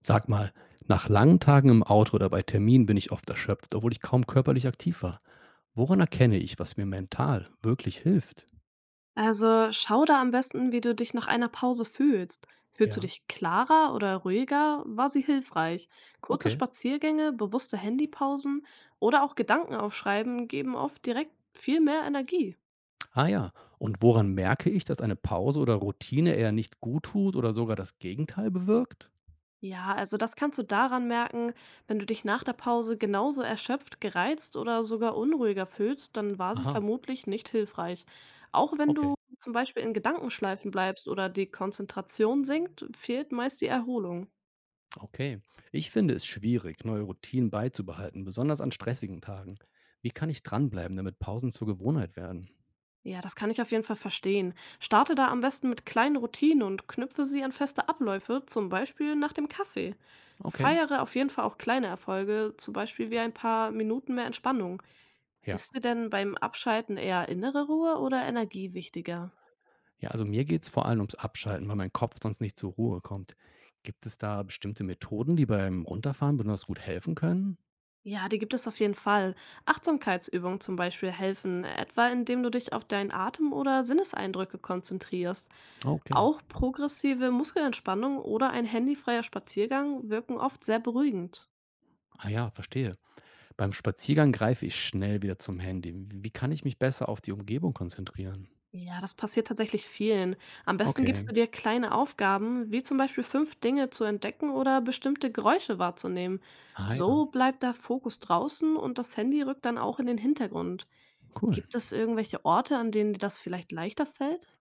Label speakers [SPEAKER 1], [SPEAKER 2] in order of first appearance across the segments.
[SPEAKER 1] Sag mal, nach langen Tagen im Auto oder bei Terminen bin ich oft erschöpft, obwohl ich kaum körperlich aktiv war. Woran erkenne ich, was mir mental wirklich hilft?
[SPEAKER 2] Also schau da am besten, wie du dich nach einer Pause fühlst. Fühlst du
[SPEAKER 1] Ja,
[SPEAKER 2] dich klarer oder ruhiger? War sie hilfreich? Kurze
[SPEAKER 1] okay.
[SPEAKER 2] Spaziergänge, bewusste Handypausen oder auch Gedanken aufschreiben geben oft direkt viel mehr Energie.
[SPEAKER 1] Ah ja, und woran merke ich, dass eine Pause oder Routine eher nicht gut tut oder sogar das Gegenteil bewirkt?
[SPEAKER 2] Ja, also das kannst du daran merken, wenn du dich nach der Pause genauso erschöpft, gereizt oder sogar unruhiger fühlst, dann war sie
[SPEAKER 1] Aha,
[SPEAKER 2] vermutlich nicht hilfreich. Auch wenn du
[SPEAKER 1] okay.
[SPEAKER 2] zum Beispiel in Gedankenschleifen bleibst oder die Konzentration sinkt, fehlt meist die Erholung.
[SPEAKER 1] Okay. Ich finde es schwierig, neue Routinen beizubehalten, besonders an stressigen Tagen. Wie kann ich dranbleiben, damit Pausen zur Gewohnheit werden?
[SPEAKER 2] Ja, das kann ich auf jeden Fall verstehen. Starte da am besten mit kleinen Routinen und knüpfe sie an feste Abläufe, zum Beispiel nach dem Kaffee.
[SPEAKER 1] Okay,
[SPEAKER 2] Feiere auf jeden Fall auch kleine Erfolge, zum Beispiel wie ein paar Minuten mehr Entspannung.
[SPEAKER 1] ja.
[SPEAKER 2] Ist dir denn beim Abschalten eher innere Ruhe oder Energie wichtiger?
[SPEAKER 1] Ja, also mir geht's vor allem ums Abschalten, weil mein Kopf sonst nicht zur Ruhe kommt. Gibt es da bestimmte Methoden, die beim Runterfahren besonders gut helfen können?
[SPEAKER 2] Ja, die gibt es auf jeden Fall. Achtsamkeitsübungen zum Beispiel helfen, etwa indem du dich auf deinen Atem oder Sinneseindrücke konzentrierst.
[SPEAKER 1] Ah, okay.
[SPEAKER 2] Auch progressive Muskelentspannung oder ein handyfreier Spaziergang wirken oft sehr beruhigend.
[SPEAKER 1] Ah ja, verstehe. Beim Spaziergang greife ich schnell wieder zum Handy. Wie kann ich mich besser auf die Umgebung konzentrieren?
[SPEAKER 2] Ja, das passiert tatsächlich vielen. Am besten gibst du
[SPEAKER 1] Okay.
[SPEAKER 2] dir kleine Aufgaben, wie zum Beispiel fünf Dinge zu entdecken oder bestimmte Geräusche wahrzunehmen.
[SPEAKER 1] Ah ja,
[SPEAKER 2] So bleibt der Fokus draußen und das Handy rückt dann auch in den Hintergrund.
[SPEAKER 1] cool.
[SPEAKER 2] Gibt es irgendwelche Orte, an denen dir das vielleicht leichter fällt?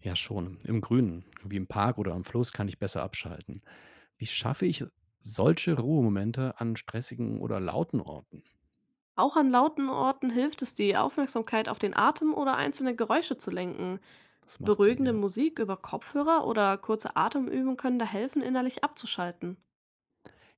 [SPEAKER 1] Ja, schon. Im Grünen, wie im Park oder am Fluss, kann ich besser abschalten. Wie schaffe ich solche Ruhemomente an stressigen oder lauten Orten?
[SPEAKER 2] Auch an lauten Orten hilft es, die Aufmerksamkeit auf den Atem oder einzelne Geräusche zu lenken.
[SPEAKER 1] Das macht Sinn, ja.
[SPEAKER 2] Beruhigende Musik über Kopfhörer oder kurze Atemübungen können da helfen, innerlich abzuschalten.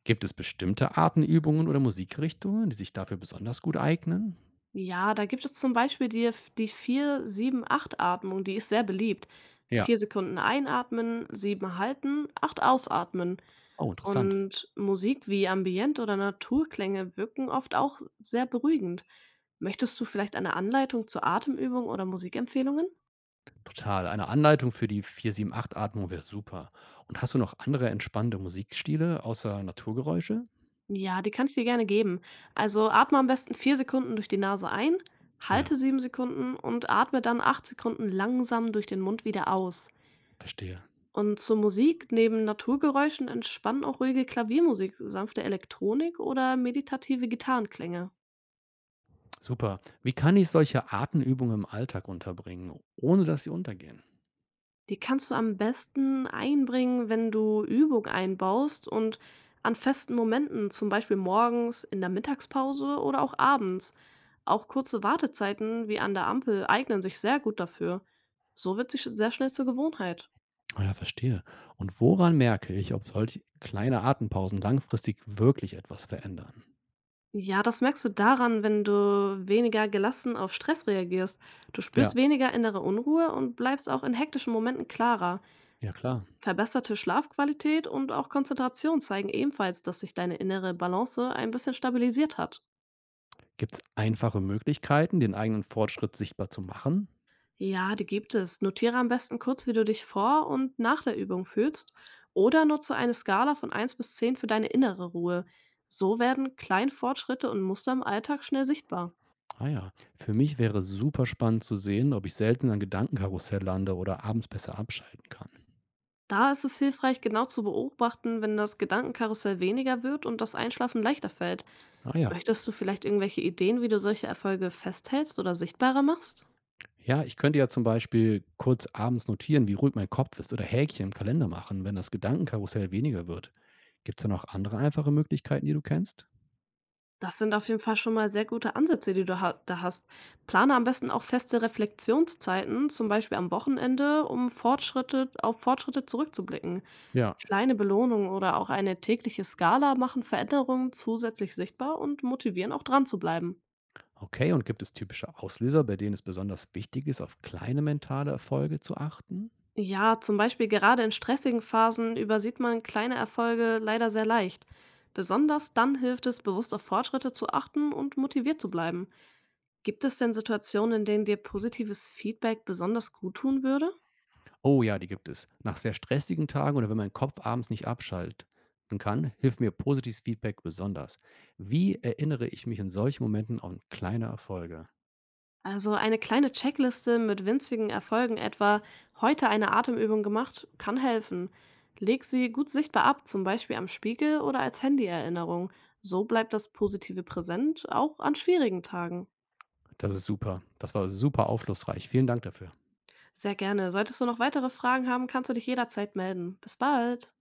[SPEAKER 1] Gibt es bestimmte Arten, Übungen oder Musikrichtungen, die sich dafür besonders gut eignen?
[SPEAKER 2] Ja, da gibt es zum Beispiel die 4-7-8-Atmung, die ist sehr beliebt. Vier
[SPEAKER 1] Ja.
[SPEAKER 2] Sekunden einatmen, sieben halten, acht ausatmen.
[SPEAKER 1] Oh, interessant.
[SPEAKER 2] Und Musik wie Ambient oder Naturklänge wirken oft auch sehr beruhigend. Möchtest du vielleicht eine Anleitung zur Atemübung oder Musikempfehlungen?
[SPEAKER 1] Total. Eine Anleitung für die 4-7-8 Atmung wäre super. Und hast du noch andere entspannende Musikstile außer Naturgeräusche?
[SPEAKER 2] Ja, die kann ich dir gerne geben. Also atme am besten 4 Sekunden durch die Nase ein, halte
[SPEAKER 1] Ja,
[SPEAKER 2] 7 Sekunden und atme dann 8 Sekunden langsam durch den Mund wieder aus.
[SPEAKER 1] verstehe.
[SPEAKER 2] Und zur Musik, neben Naturgeräuschen entspannen auch ruhige Klaviermusik, sanfte Elektronik oder meditative Gitarrenklänge.
[SPEAKER 1] Super. Wie kann ich solche Atemübungen im Alltag unterbringen, ohne dass sie untergehen?
[SPEAKER 2] Die kannst du am besten einbringen, wenn du Übung einbaust und an festen Momenten, zum Beispiel morgens, in der Mittagspause oder auch abends. Auch kurze Wartezeiten wie an der Ampel eignen sich sehr gut dafür. So wird sie sehr schnell zur Gewohnheit.
[SPEAKER 1] Ah ja, verstehe. Und woran merke ich, ob solche kleine Atempausen langfristig wirklich etwas verändern?
[SPEAKER 2] Ja, das merkst du daran, wenn du weniger gelassen auf Stress reagierst. Du spürst
[SPEAKER 1] Ja,
[SPEAKER 2] weniger innere Unruhe und bleibst auch in hektischen Momenten klarer.
[SPEAKER 1] ja klar.
[SPEAKER 2] Verbesserte Schlafqualität und auch Konzentration zeigen ebenfalls, dass sich deine innere Balance ein bisschen stabilisiert hat.
[SPEAKER 1] Gibt es einfache Möglichkeiten, den eigenen Fortschritt sichtbar zu machen?
[SPEAKER 2] Ja, die gibt es. Notiere am besten kurz, wie du dich vor und nach der Übung fühlst. Oder nutze eine Skala von 1 bis 10 für deine innere Ruhe. So werden kleine Fortschritte und Muster im Alltag schnell sichtbar.
[SPEAKER 1] Ah ja, für mich wäre es super spannend zu sehen, ob ich selten an Gedankenkarussell lande oder abends besser abschalten kann.
[SPEAKER 2] Da ist es hilfreich, genau zu beobachten, wenn das Gedankenkarussell weniger wird und das Einschlafen leichter fällt.
[SPEAKER 1] Ah ja.
[SPEAKER 2] Möchtest du vielleicht irgendwelche Ideen, wie du solche Erfolge festhältst oder sichtbarer machst?
[SPEAKER 1] Ja, ich könnte ja zum Beispiel kurz abends notieren, wie ruhig mein Kopf ist oder Häkchen im Kalender machen, wenn das Gedankenkarussell weniger wird. Gibt's da noch andere einfache Möglichkeiten, die du kennst?
[SPEAKER 2] Das sind auf jeden Fall schon mal sehr gute Ansätze, die du ha da hast. Plane am besten auch feste Reflexionszeiten, zum Beispiel am Wochenende, um Fortschritte auf Fortschritte zurückzublicken.
[SPEAKER 1] Ja.
[SPEAKER 2] Kleine Belohnungen oder auch eine tägliche Skala machen Veränderungen zusätzlich sichtbar und motivieren auch dran zu bleiben.
[SPEAKER 1] Okay, und gibt es typische Auslöser, bei denen es besonders wichtig ist, auf kleine mentale Erfolge zu achten?
[SPEAKER 2] Ja, zum Beispiel gerade in stressigen Phasen übersieht man kleine Erfolge leider sehr leicht. Besonders dann hilft es, bewusst auf Fortschritte zu achten und motiviert zu bleiben. Gibt es denn Situationen, in denen dir positives Feedback besonders gut tun würde?
[SPEAKER 1] Oh ja, die gibt es. Nach sehr stressigen Tagen oder wenn mein Kopf abends nicht abschalten kann, hilft mir positives Feedback besonders. Wie erinnere ich mich in solchen Momenten an kleine Erfolge?
[SPEAKER 2] Also eine kleine Checkliste mit winzigen Erfolgen, etwa heute eine Atemübung gemacht, kann helfen. Leg sie gut sichtbar ab, zum Beispiel am Spiegel oder als Handyerinnerung. So bleibt das Positive präsent, auch an schwierigen Tagen.
[SPEAKER 1] Das ist super. Das war super aufschlussreich. Vielen Dank dafür.
[SPEAKER 2] Sehr gerne. Solltest du noch weitere Fragen haben, kannst du dich jederzeit melden. Bis bald.